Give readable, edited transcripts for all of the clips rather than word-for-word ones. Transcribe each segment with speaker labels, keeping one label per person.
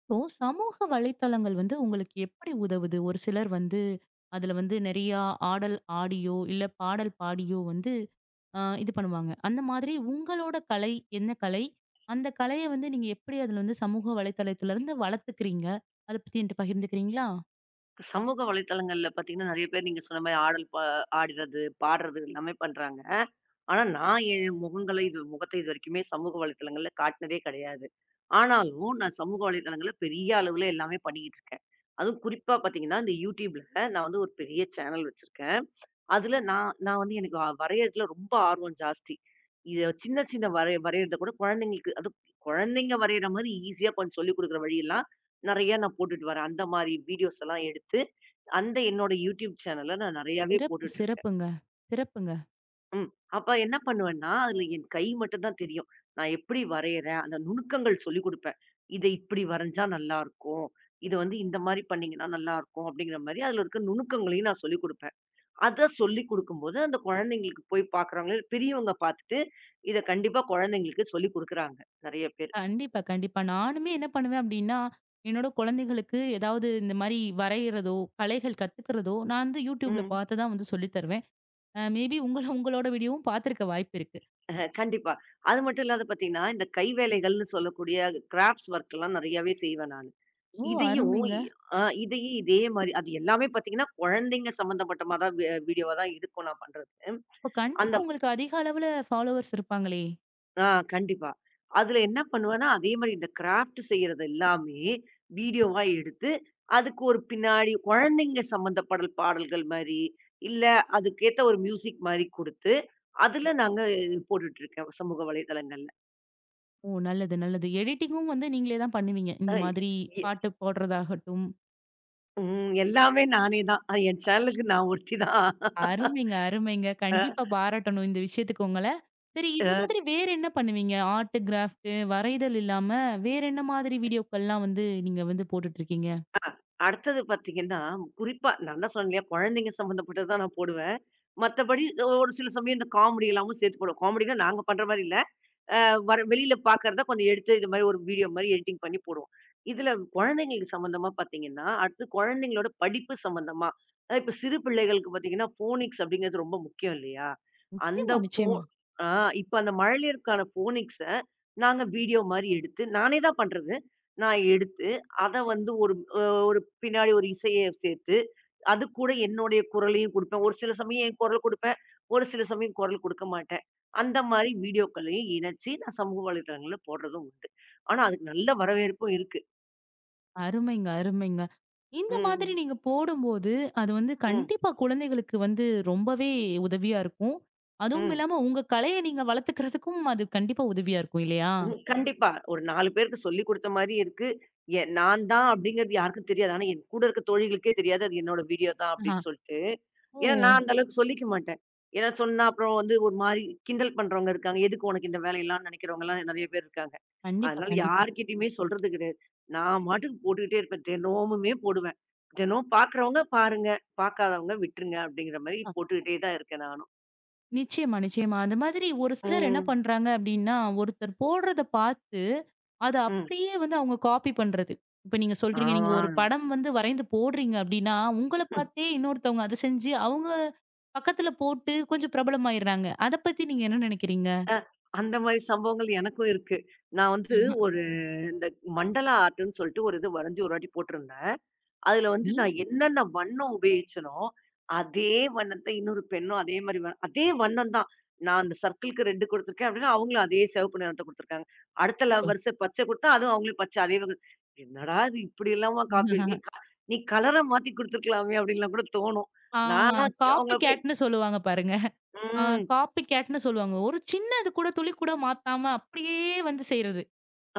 Speaker 1: இப்போ சமூக வலைத்தளங்கள் வந்து உங்களுக்கு எப்படி உதவுது? ஒரு சிலர் வந்து அதுல வந்து நெறையா ஆடல் ஆடியோ, இல்ல பாடல் பாடியோ வந்து இது பண்ணுவாங்க. அந்த மாதிரி உங்களோட கலை என்ன கலை? அந்த கலைய வந்து நீங்க எப்படி அதுல வந்து சமூக வலைத்தளத்திலருந்து வளர்த்துக்கிறீங்க? அத பத்தி என்ட்ட பகிர்ந்துக்கிறீங்களா?
Speaker 2: சமூக வலைத்தளங்கள்ல பார்த்தீங்கன்னா, நெறைய பேர் நீங்க சொன்ன மாரி ஆடல் பா ஆடுறது, பாடுறது எல்லாமே பண்றாங்க. ஆனா நான் என் முகங்கள இது முகத்தை இதுவரைக்குமே சமூக வலைத்தளங்கள்ல காட்டுனதே கிடையாது. ஆனாலும் நான் சமூக வலைதளங்கள்ல பெரிய அளவுல எல்லாமே பண்ணிக்கிட்டு இருக்கேன். அதுவும் குறிப்பா பார்த்தீங்கன்னா, இந்த YouTubeல நான் வந்து ஒரு பெரிய சேனல் வச்சிருக்கேன். அதுல நான் நான் வந்து எனக்கு வரையறதுல ரொம்ப ஆர்வம் ஜாஸ்தி. இத சின்ன சின்ன வரையறத கூட குழந்தைங்களுக்கு அதுவும் குழந்தைங்க வரையிற மாரி ஈஸியா கொஞ்சம் சொல்லிக் குடுக்குற வழியெல்லாம் நெறைய நான் போட்டுட்டு வரேன். அந்த மாரி வீடியோஸ் எல்லாம் எடுத்து அந்த என்னோட யூடியூப் சேனல்ல நான் நெறையாவே
Speaker 1: சிறப்பு,
Speaker 2: போட்டுட்டு இருக்கேன்.
Speaker 1: சிறப்புங்க. சிறப்புங்க.
Speaker 2: ம். அப்ப என்ன பண்ணுவேன்னா, அதுல என் கை மட்டும் தான் தெரியும். நான் எப்படி வரையறேன், அந்த நுணுக்கங்கள் சொல்லிக் குடுப்பேன். இத இப்படி வரைஞ்சா நல்லாருக்கும். இத வந்து இந்த மாரி பண்ணீங்கன்னா நல்லாருக்கும். அப்படிங்கிற மாரி அதுல இருக்க நுணுக்கங்களையும் நான் சொல்லிக் குடுப்பேன். அத சொல்லிக் குடுக்கும்போது அந்த குழந்தைங்களுக்கு போய் பார்க்குறாங்க. பெரியவங்க பார்த்துட்டு இத கண்டிப்பா குழந்தைங்களுக்கு சொல்லிக் குடுக்குறாங்க நெறைய பேர்.
Speaker 1: கண்டிப்பா, கண்டிப்பா. நானுமே என்ன பண்ணுவேன் அப்டின்னா, என்னோட குழந்தைகளுக்கு ஏதாவது இந்த மாரி வரையிறதோ, கலைகள் கத்துக்கிறதோ, நான் வந்து YouTubeல
Speaker 2: ம்.
Speaker 1: பார்த்து தான் வந்து சொல்லி தருவேன். மேபி உங்களோட வீடியோவும் பார்த்திருக்க வாய்ப்பு இருக்கு.
Speaker 2: கண்டிப்பா. அது மட்டும் இல்லாத பார்த்தீங்கன்னா, இந்த கைவேலைகள்னு சொல்லக்கூடிய கிராஃப்ட்ஸ் ஒர்க்லாம் நெறையாவே செய்வேன் நானு.
Speaker 1: ஓ!
Speaker 2: இதையும்
Speaker 1: அருமைங்க.
Speaker 2: அ இதையும் இதே மாரி அது எல்லாமே பார்த்தீங்கன்னா, குழந்தைங்க சம்மந்தப்பட்டமா தான் வீடியோவா தான் இருக்கும் நான் பண்றது.
Speaker 1: அப்ப
Speaker 2: அந்த
Speaker 1: கண்டிப்பா
Speaker 2: சரி.
Speaker 1: உங்களுக்கு அதிக அளவுல ஃபாலோவர்ஸ் இருப்பாங்களே!
Speaker 2: ஆ கண்டிப்பா. அதுல என்ன பண்ணுவேன்னா, அதே மாரி இந்த கிராஃப்ட் செய்யறது எல்லாமே வீடியோவா எடுத்து, அதுக்கு ஒரு பின்னாடி குழந்தைங்க சம்மந்தப்படல் பாடல்கள் மாரி, இல்ல அதுக்கேத்த ஒரு மியூசிக் மாரி குடுத்து, அதுல நாங்க போட்டுட்டு இருக்கேன் சமூக வலைதளங்கள்ல.
Speaker 1: ஓ! நல்லது, நல்லது. எடிட்டிங்கும் வந்து நீங்களே தான் பண்ணுவீங்க.
Speaker 2: அ
Speaker 1: இந்த மாதிரி
Speaker 2: எ
Speaker 1: பாட்டு போடுறதாகட்டும்.
Speaker 2: எல்லாமே நானே தான். என் சேனலுக்கு நான் ஒருத்தி தான்.
Speaker 1: அருமைங்க, அருமைங்க. கண்டிப்பா பாராட்டணும் இந்த விஷயத்துக்கு உங்கள. சரி இது
Speaker 2: அ.
Speaker 1: மாதிரி வேற என்ன பண்ணுவீங்க? ஆர்ட், கிராஃப்ட், வரைதல் இல்லாம வேற என்ன மாதிரி வீடியோக்கள்லாம் வந்து நீங்க வந்து போட்டுட்டு இருக்கீங்க?
Speaker 2: அடுத்தது பார்த்தீங்கன்னா, குறிப்பா நான் தான் சொன்னேன் இல்லையா, குழந்தைங்க சம்மந்தப்பட்டது தான் நான் போடுவேன். மத்தபடி ஒரு சில சமயம் இந்த காமெடி எல்லாமும் சேர்த்து போடுவோம். காமெடின்னா நாங்க பண்ற மாரி இல்ல. அ வெளியில பார்க்கறத கொஞ்சம் எடுத்து இது மாரி ஒரு வீடியோ மாரி எடிட்டிங் பண்ணி போடுவோம். இதுல குழந்தைங்களுக்கு சம்மந்தமா பார்த்தீங்கன்னா, அடுத்து குழந்தைங்களோட படிப்பு சம்மந்தமா, அதாவது இப்ப சிறு பிள்ளைகளுக்கு பார்த்தீங்கன்னா, ஃபோனிக்ஸ் அப்படிங்கிறது ரொம்ப முக்கியம் இல்லையா? அந்த
Speaker 1: நிச்சயமா,
Speaker 2: ஃபோ
Speaker 1: நிச்சயமா.
Speaker 2: ஆ இப்ப அந்த மழலையருக்கான ஃபோனிக்ஸ நாங்க வீடியோ மாரி எடுத்து நானே தான் பண்றது. நான் எடுத்து அத வந்து அ ஒரு பின்னாடி ஒரு இசைய சேர்த்து அது கூட என்னுடைய குரலையும் குடுப்பேன். ஒரு சில சமயம் என் குரல் குடுப்பேன். ஒரு சில சமயம் குரல் குடுக்க மாட்டேன். அந்த மாரி வீடியோக்களையும் இணைச்சு நான் சமூக வலைதளங்கள்ல போடுறதும் உண்டு. ஆனா அதுக்கு நல்ல வரவேற்பும் இருக்கு.
Speaker 1: அருமைங்க, அருமைங்க. இந்த மாதிரி
Speaker 2: ம்.
Speaker 1: நீங்க போடும்போது, அது வந்து
Speaker 2: ம்.
Speaker 1: கண்டிப்பா குழந்தைகளுக்கு வந்து ரொம்பவே உதவியா இருக்கும். அதுவும்
Speaker 2: ம்.
Speaker 1: இல்லாம உங்க கலைய நீங்க வளர்த்துக்கிறதுக்கும் அது கண்டிப்பா உதவியா இருக்கும் இல்லையா?
Speaker 2: ம். கண்டிப்பா. ஒரு 4 பேருக்கு சொல்லிக் குடுத்த மாரி இருக்கு. நான் தான் அப்படிங்கிறது யாருக்கும் தெரியாது. ஆனா, என் கூட இருக்க தோழிகளுக்கே தெரியாது. அது என்னோட வீடியோ தான்
Speaker 1: ஆஹா.
Speaker 2: அப்படின்னு சொல்லிட்டு.
Speaker 1: ஓ!
Speaker 2: ஏன்னா, நான் அந்த அளவுக்கு சொல்லிக்க மாட்டேன். ஏன்னா சொன்னா அப்புறம் வந்து ஒரு மாரி கிண்டல் பண்றவங்க இருக்காங்க. எதுக்கு உனக்கு இந்த வேலையெல்லாம் நினைக்கிறவங்கலாம் நெறைய பேர் இருக்காங்க.
Speaker 1: கண்டிப்பா,
Speaker 2: அதனால
Speaker 1: கண்டிப்பா.
Speaker 2: யார்கிட்டயுமே சொல்றது கிடையாது. நான் மாட்டுக்கு போட்டுக்கிட்டே இருப்பேன். தினமுமே போடுவேன். தினம் பார்க்குறவங்க பாருங்க. பார்க்காதவங்க விட்டுருங்க அப்படிங்கிற மாரி போட்டுக்கிட்டே தான் இருக்கேன் நானும்.
Speaker 1: நிச்சயமா, நிச்சயமா. அந்த மாதிரி ஒரு சிலர் என்ன
Speaker 2: ம்.
Speaker 1: பண்றாங்க அப்டின்னா, ஒருத்தர் போடுறத பார்த்து, அத
Speaker 2: ம்.
Speaker 1: அப்படியே வந்து அவங்க காப்பி பண்றது. இப்ப நீங்க சொல்றீங்க, நீங்க
Speaker 2: ஆமா.
Speaker 1: ஒரு படம் வந்து வரைந்து போடுறீங்க அப்டின்னா, உங்கள பார்த்தே இன்னொருத்தவங்க அத செஞ்சு, அவங்க பக்கத்துல போட்டு கொஞ்சம் பிரபலமாயிடுறாங்க. அத பத்தி நீங்க என்ன நெனைக்கிறீங்க?
Speaker 2: அ அந்த மாரி சம்பவங்கள் எனக்கும் இருக்கு. நான் வந்து ஒரு இந்த மண்டலா ஆர்ட்ன்னு சொல்லிட்டு ஒரு இது வரைஞ்சு ஒரு வாட்டி போட்டிருந்தேன். அதுல வந்து
Speaker 1: நீ
Speaker 2: நான் என்னென்ன வண்ணம் உபயோகிச்சேனோ, அதே வண்ணத்த இன்னொரு பெண்ணும் அதே மாரி வ அதே வண்ணம் தான். நான் அந்த சர்க்கிள்க்கு ரெட் குடுத்துருக்கேன் அப்படின்னா, அவங்களும் அதே சிவப்பு நிறத்த குடுத்துருக்காங்க. அடுத்த
Speaker 1: அச்சச்சோ!
Speaker 2: லவ்வர்ஸ் பச்சை குடுத்தா, அதுவும் அவங்களும் பச்சை அதே வண்ணம். என்னடா இது இப்படி எல்லாமா காப்பி அடிக்கிறீங்க? நீ கலர மாத்தி குடுத்துருக்கலாமே அப்படின்லாம் கூட தோணும்.
Speaker 1: ஆ
Speaker 2: நானா
Speaker 1: காப்பி
Speaker 2: அவங்கள போய்
Speaker 1: கேட்ன்னு சொல்லுவாங்க பாருங்க. ஆ
Speaker 2: ம்.
Speaker 1: காப்பி கேட்ன்னு சொல்லுவாங்க. ஒரு சின்னது கூட துளி கூட மாத்தாம அப்படியே வந்து செய்றது.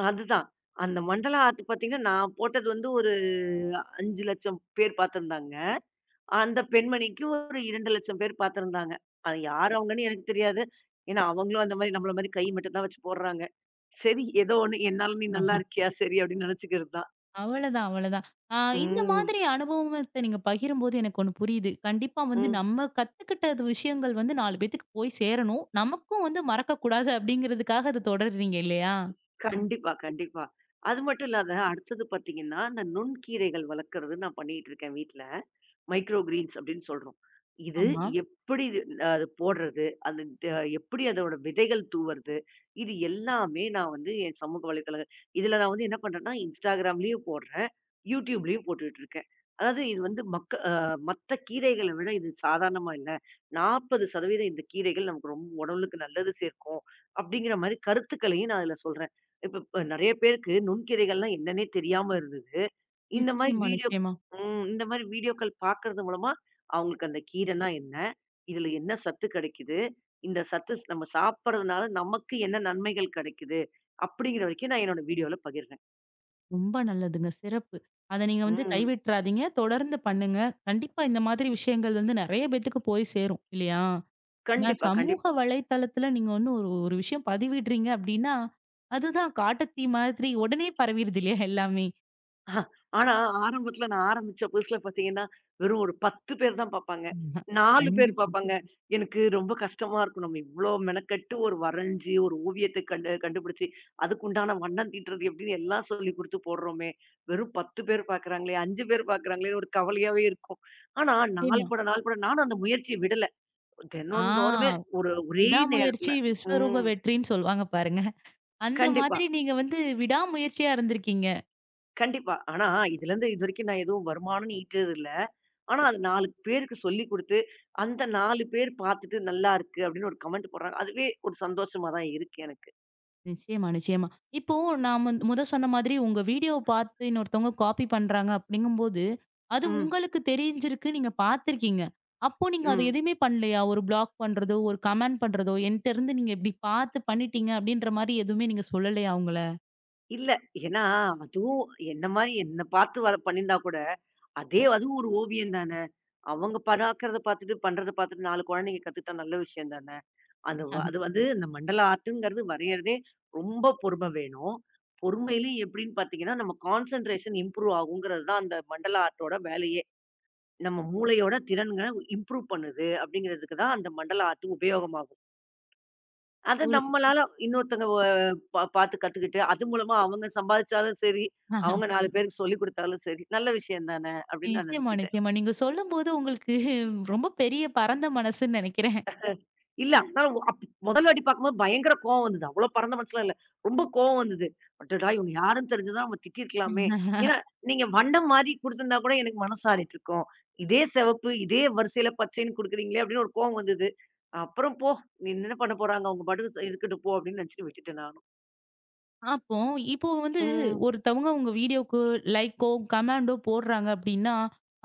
Speaker 2: அதுதான். அந்த மண்டலா ஆர்ட் பார்த்தீங்கன்னா, நான் போட்டது வந்து ஒரு 5,00,000 பேர் பார்த்திருந்தாங்க. அந்த பெண்மணிக்கு ஒரு 2,00,000 பேர் பார்த்திருந்தாங்க. அது யார் அவங்கன்னு எனக்கு தெரியாது. ஏன்னா, அவங்களும் அந்த மாரி நம்மள மாரி கை மட்டும் தான் வச்சு போடுறாங்க. சரி ஏதோ ஒண்ணு என்னால நீ நல்லா இருக்கியா? சரி அப்படின்னு நெனச்சுக்கிறது தான்.
Speaker 1: அவ்வளதான், அவ்வளதான். ஆ இந்த
Speaker 2: ம்,
Speaker 1: மாதிரி அனுபவத்த நீங்க பகிரும்போது எனக்கு ஒண்ணு புரியுது. கண்டிப்பா வந்து
Speaker 2: ம்.
Speaker 1: நம்ம கத்துக்கிட்டது விஷயங்கள் வந்து 4 பேத்துக்கு போய் சேரணும். நமக்கும் வந்து மறக்கக்கூடாது அப்படிங்கிறதுக்காக அத தொடர்றீங்க இல்லையா?
Speaker 2: கண்டிப்பா, கண்டிப்பா. அது மட்டும் இல்லாத அடுத்தது பார்த்தீங்கன்னா, அந்த நுண்கீரைகள் வளர்க்கறது நான் பண்ணிட்டு இருக்கேன் வீட்ல. மைக்ரோ கிரீன்ஸ் அப்படின்னு சொல்றோம். இது
Speaker 1: ஆமா.
Speaker 2: எப்படி அது போடுறது, அது த எப்படி அதோட விதைகள் தூவறது, இது எல்லாமே நான் வந்து என் சமூக வலைதளங்கள் இதுல நான் வந்து என்ன பண்றேன்னா, Instagramலயும் போடுறேன். YouTubeலயும் போட்டுட்டு இருக்கேன். அதாவது இது வந்து மக்க அ மத்த கீரைகள விட இது சாதாரணமா இல்ல. 40% இந்த கீரைகள் நமக்கு ரொம்ப உடலுக்கு நல்லது சேர்க்கும். அப்படிங்கிற மாரி கருத்துக்களையும் நான் அதுல சொல்றேன். இப்ப இப்ப நெறைய பேருக்கு நுண்கீரைகள்லாம் என்னன்னே தெரியாம இருந்தது. இந்த மாரி
Speaker 1: நிச்சயமா,
Speaker 2: வீடியோ
Speaker 1: நிச்சயமா.
Speaker 2: ம். இந்த மாரி வீடியோக்கள் பார்க்கறது மூலமா, அவங்களுக்கு அந்த கீரைன்னா என்ன? இதுல என்ன சத்து கிடைக்குது? இந்த சத்து ஸ் நம்ம சாப்பிடுறதுனால நமக்கு என்ன நன்மைகள் கிடைக்குது? அப்படிங்கிற வரைக்கும் நான் என்னோட வீடியோல பகிர்றேன்.
Speaker 1: ரொம்ப நல்லதுங்க. சிறப்பு. அத நீங்க வந்து
Speaker 2: ம்.
Speaker 1: கைவிட்றாதீங்க. தொடர்ந்து பண்ணுங்க. கண்டிப்பா இந்த மாதிரி விஷயங்கள் வந்து நெறைய பேத்துக்கு போய் சேரும் இல்லையா? ஏன்னா
Speaker 2: கண்டிப்பா,
Speaker 1: சமூக
Speaker 2: கண்டிப்பா.
Speaker 1: வலைத்தளத்துல நீங்க வந்து ஒரு ஒரு விஷயம் பதிவிடுறீங்க அப்படின்னா, அதுதான் காட்டுத்தீ மாதிரி உடனே பரவிருது இல்லையா எல்லாமே?
Speaker 2: ஆஹா. ஆனா, ஆரம்பத்துல நான் ஆரம்பிச்ச புதுசுல பார்த்தீங்கன்னா, வெறும் ஒரு 10 பேர் தான் பார்ப்பாங்க.
Speaker 1: ஆஹா,
Speaker 2: 4 பேர்
Speaker 1: கண்டிப்பா.
Speaker 2: பார்ப்பாங்க. எனக்கு ரொம்ப கஷ்டமா இருக்கும். நம்ம இவ்ளோ மெனக்கெட்டு ஒரு வரைஞ்சு, ஒரு ஓவியத்த கண்டு கண்டுபிடிச்சு, அதுக்குண்டான வண்ணம் தீட்டுறது எப்படின்னு எல்லாம் சொல்லிக் குடுத்து போடுறோமே. வெறும் 10 பேர் பார்க்குறாங்களே, 5 பேர் பார்க்குறாங்களேன்னு ஒரு கவலையாவே இருக்கும். ஆனா,
Speaker 1: நிச்சயமா.
Speaker 2: நாள் பட நாள் பட நானும் அந்த முயற்சிய விடல.
Speaker 1: ஆ
Speaker 2: தினந்தோறுமே ஒரே நேரத்துல
Speaker 1: விடாமுயற்சி விஸ்வரூப
Speaker 2: ம்.
Speaker 1: வெற்றின்னு சொல்லுவாங்க பாருங்க. அந்த
Speaker 2: கண்டிப்பா.
Speaker 1: மாதிரி நீங்க வந்து விடாமுயற்சியா இருந்திருக்கீங்க.
Speaker 2: கண்டிப்பா. ஆனா, இதுலருந்து இதுவரைக்கும் நான் எதுவும் வருமானம்னு ஈட்டது இல்ல. ஆனா, அது 4 பேருக்கு சொல்லிக் குடுத்து, அந்த 4 பேர் பாத்துட்டு நல்லா இருக்கு அப்படின்னு ஒரு கமெண்ட் போடுறாங்க. அதுவே ஒரு சந்தோஷமா தான் இருக்கு எனக்கு.
Speaker 1: நிச்சயமா, நிச்சயமா. இப்போ நான் முத சொன்ன மாதிரி உங்க வீடியோ பார்த்து இன்னொருத்தவங்க காப்பி பண்றாங்க அப்படிங்கும்போது, அது
Speaker 2: ம்,
Speaker 1: உங்களுக்கு தெரிஞ்சிருக்கு. நீங்க பார்த்துருக்கீங்க. அப்போ நீங்க அத
Speaker 2: ம்.
Speaker 1: எதுவுமே பண்ணலையா? ஒரு பிளாக் பண்றதோ, ஒரு கமெண்ட் பண்றதோ, என்ட்ட இருந்து நீங்க இப்படி பார்த்து பண்ணிட்டீங்க அப்படின்ற மாரி எதுவுமே நீங்க சொல்லலையா அவங்கள?
Speaker 2: இல்ல. ஏன்னா, அதுவும் என்ன பாத்து பண்ணியிருந்தா கூட, அதுவும் ஒரு ஓவியம் தானே. அவங்க பராக்கிறத பாத்துட்டு, பண்றத பாத்துட்டு 4 குழந்தைங்க கத்துக்கிட்டா நல்ல விஷயம் தானே! அது வந்து இந்த மண்டல ஆர்ட்டுங்கிறது வரையறதே ரொம்ப பொறுமை வேணும். பொறுமையிலயும் எப்படின்னு பார்த்தீங்கன்னா, நம்ம கான்சன்ட்ரேஷன் இம்ப்ரூவ் ஆகுங்கிறது தான் அந்த மண்டல ஆர்ட்டோட வேலையே. நம்ம மூளையோட திறன்கள இம்ப்ரூவ் பண்ணுது அப்படிங்கிறதுக்கு தான் அந்த மண்டல ஆர்ட் உபயோகமாகும். அத
Speaker 1: ஒரு
Speaker 2: நம்மளால இன்னொருத்தங்க வ பார்த்து கத்துக்கிட்டு, அது மூலமா அவங்க சம்பாதிச்சாலும் சரி,
Speaker 1: ஆ.
Speaker 2: அவங்க 4 பேருக்கு சொல்லிக் குடுத்தாலும் சரி, நல்ல விஷயம் தானே அப்படின்னு நான்
Speaker 1: நிச்சயமா,
Speaker 2: நினைச்சுட்டு
Speaker 1: நிச்சயமா. நீங்க சொல்லும்போது உங்களுக்கு ரொம்ப பெரிய பரந்த மனசுன்னு நெனைக்கிறேன்.
Speaker 2: இல்ல. அதனால ஒ- அப் முதல் வாட்டி பார்க்கும்போது பயங்கர கோவம் வந்தது. அவ்ளோ பரந்த மனசுலாம் இல்ல. ரொம்ப கோவம் வந்தது. அடடா! இவங்க யாருன்னு தெரிஞ்சிருந்தா நம்ம திட்டியிருக்கலாமே! ஏன்னா, நீங்க வண்ணம் மாறி குடுத்திருந்தா கூட எனக்கு மனசாரிட்டுருக்கும். இதே சிவப்பு, இதே வரிசையில பச்சைன்னு குடுக்குறீங்களே! அப்படின்னு ஒரு கோவம் வந்தது. அப்புறம் போ! நீ என்ன பண்ண போறாங்க? அவங்க பாட்டுக்கு இருக்கட்டும் போ! அப்படின்னு நினைச்சுட்டு விட்டுட்டேன் நானும்.
Speaker 1: அப்போ இப்போ வந்து
Speaker 2: ம்.
Speaker 1: ஒருத்தவங்க உங்க வீடியோக்கு லைக்கோ, கமெண்டோ போடுறாங்க அப்டின்னா,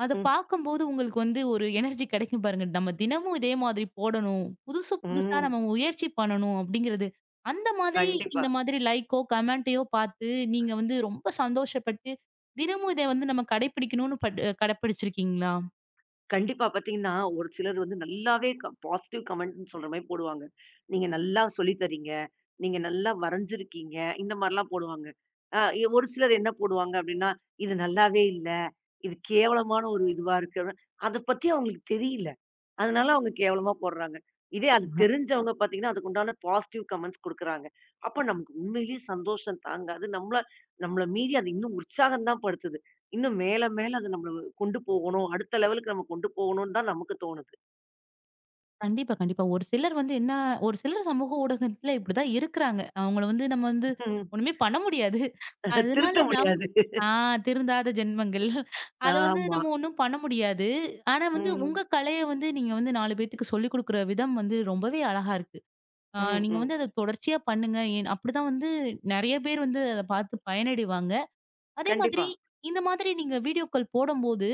Speaker 1: அத
Speaker 2: ம்.
Speaker 1: பார்க்கும்போது உங்களுக்கு வந்து ஒரு எனர்ஜி கெடைக்கும் பாருங்க. நம்ம தினமும் இதே மாதிரி போடணும். புதுசு புதுசா
Speaker 2: ம்.
Speaker 1: நம்ம முயற்சி பண்ணணும் அப்டிங்கிறது. அந்த மாதிரி
Speaker 2: கண்டிப்பா.
Speaker 1: இந்த மாதிரி லைக்கோ, கமெண்ட்டையோ பார்த்து நீங்க வந்து ரொம்ப சந்தோஷப்பட்டு, தினமும் இத வந்து நம்ம கடைபிடிக்கணும்னு பட் கடைபிடிச்சிருக்கீங்களா?
Speaker 2: கண்டிப்பா பாத்தீங்கன்னா, ஒரு சிலர் வந்து நல்லாவே பாசிட்டிவ் கமெண்ட்ன்னு சொல்ற மாரி போடுவாங்க. "நீங்க நல்லா சொல்லி தர்றீங்க. நீங்க நல்லா வரைஞ்சிருக்கீங்க." இந்த மாரிலாம் போடுவாங்க. அ எ ஒரு சிலர் என்ன போடுவாங்க அப்படின்னா, "இது நல்லாவே இல்ல. இது கேவலமான ஒரு இதுவா இருக்கு." அத பத்தி அவங்களுக்கு தெரியல. அதனால அவங்க கேவலமா போடுறாங்க. இதே அது தெரிஞ்சவங்க பார்த்தீங்கன்னா, அதுக்கு உண்டான பாசிட்டிவ் கமெண்ட்ஸ் குடுக்குறாங்க. அப்ப நமக்கு உண்மையிலேயே சந்தோஷம் தாங்காது. நம்மள நம்மள மீறி அது இன்னும் உற்சாகம் தான் படுத்துது. இன்னும் மேல மேல அது நம்மள கொண்டு போகணும். அடுத்த லெவலுக்கு நம்ம கொண்டு போகணும்னு தான் நமக்கு தோணுது.
Speaker 1: கண்டிப்பா, கண்டிப்பா. ஒரு சிலர் வந்து என்ன ஒரு சிலர் சமூக ஊடகத்துல இப்படிதான் இருக்குறாங்க. அவங்கள வந்து நம்ம வந்து
Speaker 2: ம்.
Speaker 1: ஒண்ணுமே பண்ண முடியாது. அதனால
Speaker 2: திருத்த
Speaker 1: நம்
Speaker 2: முடியாது.
Speaker 1: ஆ திருந்தாத ஜென்மங்கள். அத வந்து
Speaker 2: ஆமா.
Speaker 1: நம்ம ஒண்ணும் பண்ண முடியாது. ஆனா வந்து
Speaker 2: ம்.
Speaker 1: உங்க கலைய வந்து நீங்க வந்து 4 பேத்துக்கு சொல்லிக் குடுக்குற விதம் வந்து ரொம்பவே அழகா இருக்கு.
Speaker 2: ம்,
Speaker 1: நீங்க
Speaker 2: ம்.
Speaker 1: வந்து அத தொடர்ச்சியா பண்ணுங்க. ஏன் அப்படிதான் வந்து நெறைய பேர் வந்து அத பார்த்து பயனடைவாங்க. அதே
Speaker 2: கண்டிப்பா.
Speaker 1: மாதிரி இந்த மாதிரி நீங்க வீடியோக்கள் போடும்போது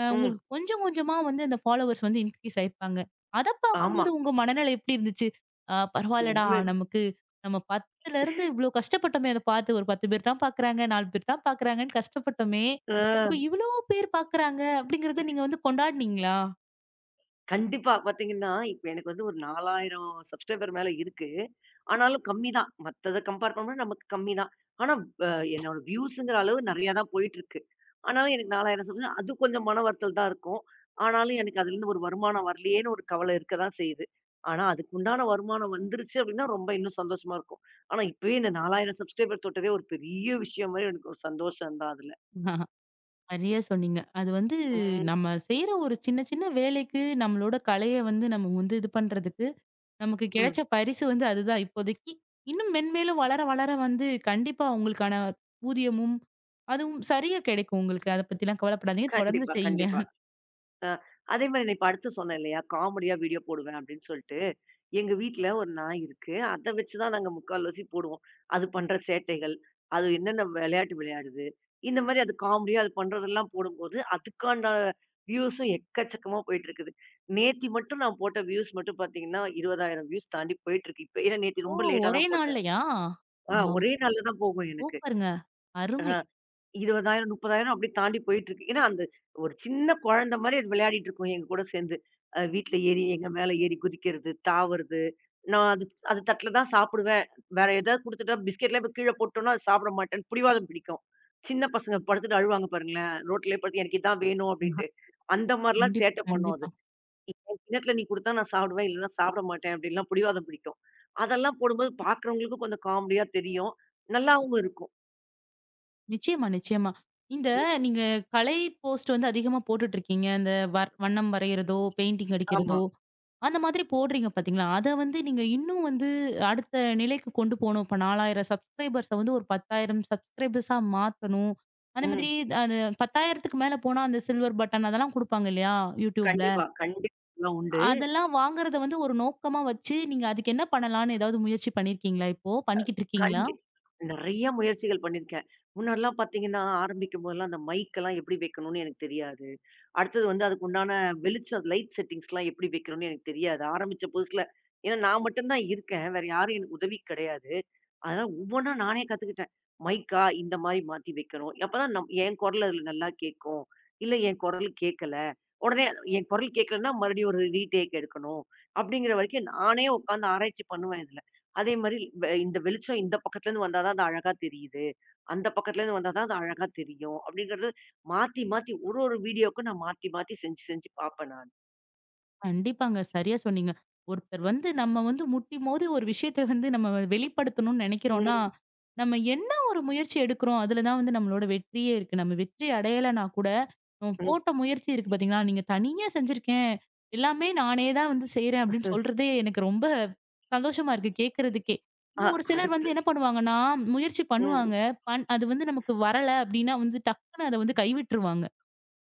Speaker 2: ம்.
Speaker 1: உங்களுக்கு கொஞ்சம் கொஞ்சமா வந்து அந்த ஃபாலோவர்ஸ் வந்து இன்க்ரீஸ் ஆயிருப்பாங்க. அத
Speaker 2: ஆமா.
Speaker 1: பார்க்கும்போது உங்க மனநிலை எப்படி இருந்துச்சு? பரவால்லடா
Speaker 2: உண்மை.
Speaker 1: நமக்கு நம்ம 10லருந்து இவ்ளோ கஷ்டப்பட்டோமே அத பார்த்து. ஒரு 10 பேர் தான் பார்க்குறாங்க, 4 பேர் தான் பார்க்குறாங்கன்னு கஷ்டப்பட்டோமே.
Speaker 2: ஆ.
Speaker 1: இப்ப இவ்ளோ பேர் பார்க்குறாங்க அப்படிங்கிறத நீங்க வந்து கொண்டாடுனீங்களா?
Speaker 2: கண்டிப்பா. பாத்தீங்கன்னா, இப்ப எனக்கு வந்து ஒரு 4000 சப்ஸ்கிரைபர் மேல இருக்கு. ஆனாலும் கம்மி தான். மத்தத கம்பேர் பண்ணும்போது நமக்கு கம்மி தான். ஆனா அ என்னோட வியூஸ்ங்கிற அளவு நெறையா தான் போயிட்டுருக்கு. ஆனாலும் எனக்கு 4000 சப்ஸ்கிரைபர் அது கொஞ்சம் மன வருத்தல் தான் இருக்கும். ஆனாலும் எனக்கு அதுலருந்து ஒரு வருமானம் வரலையேன்னு ஒரு கவலை இருக்க தான் செய்யுது. ஆனா அதுக்கு உண்டான வருமானம் வந்துருச்சு அப்டின்னா, ரொம்ப இன்னும் சந்தோஷமா இருக்கும். ஆனா இப்பயே இந்த 4000 சப்ஸ்கிரைபர் தொட்டதே ஒரு பெரிய விஷயம் மாரி எனக்கு ஒரு சந்தோஷம் தான் அதுல.
Speaker 1: சரியா சொன்னீங்க. அது வந்து
Speaker 2: ம்.
Speaker 1: நம்ம செய்ற ஒரு சின்ன சின்ன வேலைக்கு நம்மளோட கலைய வந்து நம்ம வந்து இது பண்றதுக்கு நமக்கு
Speaker 2: ம்.
Speaker 1: கிடைச்ச பரிசு வந்து அதுதான் இப்போதைக்கு. இன்னும் மென்மேலும் வளர, வளர வந்து கண்டிப்பா உங்களுக்கான ஊதியமும், அதுவும் சரியா கிடைக்கும் உங்களுக்கு. அத பத்திலாம் கவலைப்படாதீங்க. தொடர்ந்து
Speaker 2: கண்டிப்பா,
Speaker 1: செய்யுங்க.
Speaker 2: கண்டிப்பா. அ அதே மாரி நான் இப்ப அடுத்து சொன்னேன் இல்லையா? காமெடியா வீடியோ போடுவேன் அப்படின்னு சொல்ட்டு, எங்க வீட்ல ஒரு நாய் இருக்கு. அத வச்சு தான் நாங்க முக்கால்வாசி போடுவோம். அது பண்ற சேட்டைகள், அது என்னென்ன விளையாட்டு விளையாடுது, இந்த மாரி அது காமெடியா அது பண்றதெல்லாம் போடும்போது, அதுக்கான வியூஸும் எக்கச்சக்கமா போயிட்டுருக்குது. நேத்தி மட்டும் நான் போட்ட வியூஸ் மட்டும் பார்த்தீங்கன்னா, 20,000 வியூஸ் தாண்டி போயிட்டுருக்கு. இப்ப ஏன்னா நேத்து
Speaker 1: ஓ!
Speaker 2: ரொம்ப லேட்டா
Speaker 1: ஒரே
Speaker 2: தான் போட்டேன்.
Speaker 1: நாள்லயா? ஆ
Speaker 2: ஆ ஒரே நாள்ல தான் போகும் எனக்கு.
Speaker 1: சூப்பருங்க. அருமை.
Speaker 2: 20,000 30,000 அப்படியே தாண்டி போயிட்டுருக்கு. ஏன்னா, அந்த ஒரு சின்ன குழந்தை மாரி அது விளையாடிட்டு இருக்கும் எங்க கூட சேர்ந்து. வீட்ல ஏறி எங்க மேல ஏறி குதிக்கிறது, தாவுறது. நான் அது அது தட்ல தான் சாப்பிடுவேன். வேற ஏதாவது குடுத்துட்டா பிஸ்கட்லாம் இப்ப கீழ போட்டோம்னா, அது சாப்பிட மாட்டேன்னு பிடிவாதம் பிடிக்கும். சின்ன பசங்க படுத்துட்டு அழுவாங்க பாருங்களேன். ரோட்லயே படுத்து எனக்கு இதான் வேணும்
Speaker 1: ஆஹா,
Speaker 2: அப்படின்ட்டு. அந்த மாரிலாம்
Speaker 1: கண்டிப்பா,
Speaker 2: சேட்டை பண்ணும் அது.
Speaker 1: கண்டிப்பா.
Speaker 2: "என் கிண்ணத்துல நீ குடுத்தா நான் சாப்பிடுவேன், இல்லன்னா சாப்பிட மாட்டேன்" அப்படின்லாம் பிடிவாதம் பிடிக்கும். அதெல்லாம் போடும்போது பார்க்குறவங்களுக்கும் கொஞ்சம் காமெடியா தெரியும். நல்லாவும் இருக்கும்.
Speaker 1: நிச்சயமா, நிச்சயமா. இந்த
Speaker 2: ம்.
Speaker 1: நீங்க கலை போஸ்ட் வந்து அதிகமா போட்டுட்டு இருக்கீங்க. இந்த வண்ணம் வரையிறதோ, பெயிண்டிங்
Speaker 2: ஆமா.
Speaker 1: அடிக்கிறதோ அந்த மாதிரி போடுறீங்க பாத்தீங்களா, அத வந்து நீங்க இன்னும் வந்து அடுத்த நிலைக்கு கொண்டு போணும். இப்ப 4000 சப்ஸ்கிரைபர்ஸ வந்து ஒரு 10,000 சப்ஸ்கிரைபர்ஸா மாத்தணும். அந்த மாதிரி
Speaker 2: ம்.
Speaker 1: அது 10,000க்கு மேல போனா அந்த சில்வர் பட்டன் அதெல்லாம் குடுப்பாங்க இல்லையா? YouTubeல.
Speaker 2: கண்டிப்பா, கண்டிப்பா உண்டு.
Speaker 1: அதெல்லாம் வாங்குறத வந்து ஒரு நோக்கமா வச்சு, நீங்க அதுக்கு என்ன பண்ணலாம்னு ஏதாவது முயற்சி பண்ணியிருக்கீங்களா இப்போ? பண்ணிக்கிட்டு இருக்கீங்களா?
Speaker 2: கண்டி நெறைய முயற்சிகள் பண்ணியிருக்கேன். முன்னாடிலாம் பார்த்தீங்கன்னா, ஆரம்பிக்கும்போதெல்லாம் அந்த மைக்கெல்லாம் எப்படி வைக்கணும்னு எனக்கு தெரியாது. அடுத்தது வந்து அதுக்கு உண்டான வெளிச்சம் லைட் செட்டிங்ஸ்லாம் எப்படி வைக்கணும்னு எனக்கு தெரியாது. ஆரம்பிச்ச புதுசுல ஏன்னா நான் மட்டும் தான் இருக்கேன். வேற யாரும் எனக்கு உதவிக்கு கிடையாது. அதனால ஒவ்வொன்னா நானே கத்துக்கிட்டேன். மைக்கா இந்த மாரி மாத்தி வைக்கணும். அப்பதான் என் குரல் அதுல நல்லா கேட்கும். இல்ல என் குரல் கேட்கல. உடனே என் குரல் கேட்கலன்னா மறுபடியும் ஒரு ரீடேக் எடுக்கணும். அப்படிங்கிற வரைக்கும் நானே உட்கார்ந்து ஆராய்ச்சி பண்ணுவேன் இதுல. அதே மாரி இந்த வெளிச்சம் இந்த பக்கத்துல இருந்து வந்தா தான் அது அழகா தெரியுது. அந்த பக்கத்துல இருந்து வந்தா தான் அது அழகா தெரியும். அப்படிங்கிறது மாத்தி மாத்தி ஒரு ஒரு வீடியோக்கும் நான் மாத்தி மாத்தி செஞ்சு செஞ்சு பார்ப்பேன் நான்.
Speaker 1: கண்டிப்பாங்க. சரியா சொன்னீங்க. ஒருத்தர் வந்து நம்ம வந்து முட்டிமோதி ஒரு விஷயத்த வந்து நம்ம வெளிப்படுத்தணும்னு நெனைக்கிறோம்னா,
Speaker 2: ம்,
Speaker 1: நம்ம என்ன ஒரு முயற்சி எடுக்கிறோம், அதுல தான் வந்து நம்மளோட வெற்றியே இருக்கு. நம்ம வெற்றி அடையலனா கூட, நம்ம
Speaker 2: ம்.
Speaker 1: போட்ட முயற்சி இருக்கு பார்த்தீங்களா? நீங்க தனியா செஞ்சிருக்கேன். எல்லாமே நானே தான் வந்து செய்றேன் அப்படின்னு சொல்றதே எனக்கு ரொம்ப சந்தோஷமா இருக்கு கேட்கறதுக்கே.
Speaker 2: அ
Speaker 1: இன்னும் ஒரு சிலர்
Speaker 2: அடுத்து
Speaker 1: வந்து என்ன பண்ணுவாங்கன்னா, முயற்சி
Speaker 2: ம்.
Speaker 1: பண்ணுவாங்க. அது வந்து நமக்கு வரல அப்படின்னா வந்து டக்குன்னு அத வந்து கைவிட்டுருவாங்க.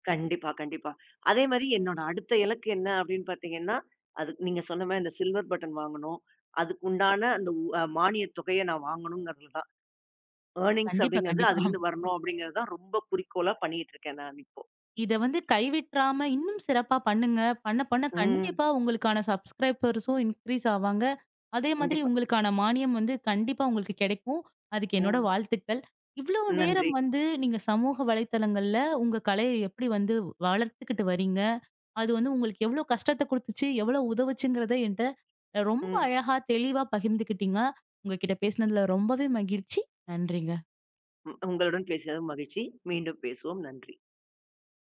Speaker 2: கண்டிப்பா, கண்டிப்பா. அதே மாரி என்னோட அடுத்த இலக்கு என்ன அப்படின்னு பார்த்தீங்கன்னா, அது நீங்க சொன்ன மாரி அந்த சில்வர் பட்டன் வாங்கணும். அதுக்கு உண்டான அந்த உ அ மானியத் தொகைய நான் வாங்கணுங்கிறது தான். ஏர்னிங்ஸ்
Speaker 1: கண்டிப்பா,
Speaker 2: அப்படிங்கிறது
Speaker 1: கண்டிப்பா.
Speaker 2: அதுலருந்து வரணும் அப்படிங்கிறது தான் ரொம்ப குறிக்கோளா பண்ணிட்டு இருக்கேன் நான் இப்போ.
Speaker 1: இத வந்து கைவிட்றாம இன்னும் சிறப்பா பண்ணுங்க. பண்ண, பண்ண
Speaker 2: ம்.
Speaker 1: கண்டிப்பா உங்களுக்கான சப்ஸ்கிரைபர்ஸும் இன்க்ரீஸ் ஆவாங்க. அதே மாதிரி
Speaker 2: கண்டிப்பா.
Speaker 1: உங்களுக்கான மானியம் வந்து கண்டிப்பா உங்களுக்கு கிடைக்கும். அதுக்கு என்னோட
Speaker 2: ம்.
Speaker 1: வாழ்த்துக்கள். இவ்ளோ
Speaker 2: நன்றி.
Speaker 1: நேரம் வந்து நீங்க சமூக வலைத்தளங்கள்ல உங்க கலைய எப்படி வந்து வளர்த்துக்கிட்டு வரீங்க? அது வந்து உங்களுக்கு எவ்ளோ கஷ்டத்த குடுத்துச்சு, எவ்ளோ உதவுச்சுங்கிறத என்ட்ட ரொம்ப
Speaker 2: ம்.
Speaker 1: அழகா, தெளிவா பகிர்ந்துக்கிட்டீங்க. உங்ககிட்ட பேசினதுல ரொம்பவே மகிழ்ச்சி. நன்றிங்க.
Speaker 2: உங்களுடன் பேசியது மகிழ்ச்சி. மீண்டும் பேசுவோம். நன்றி.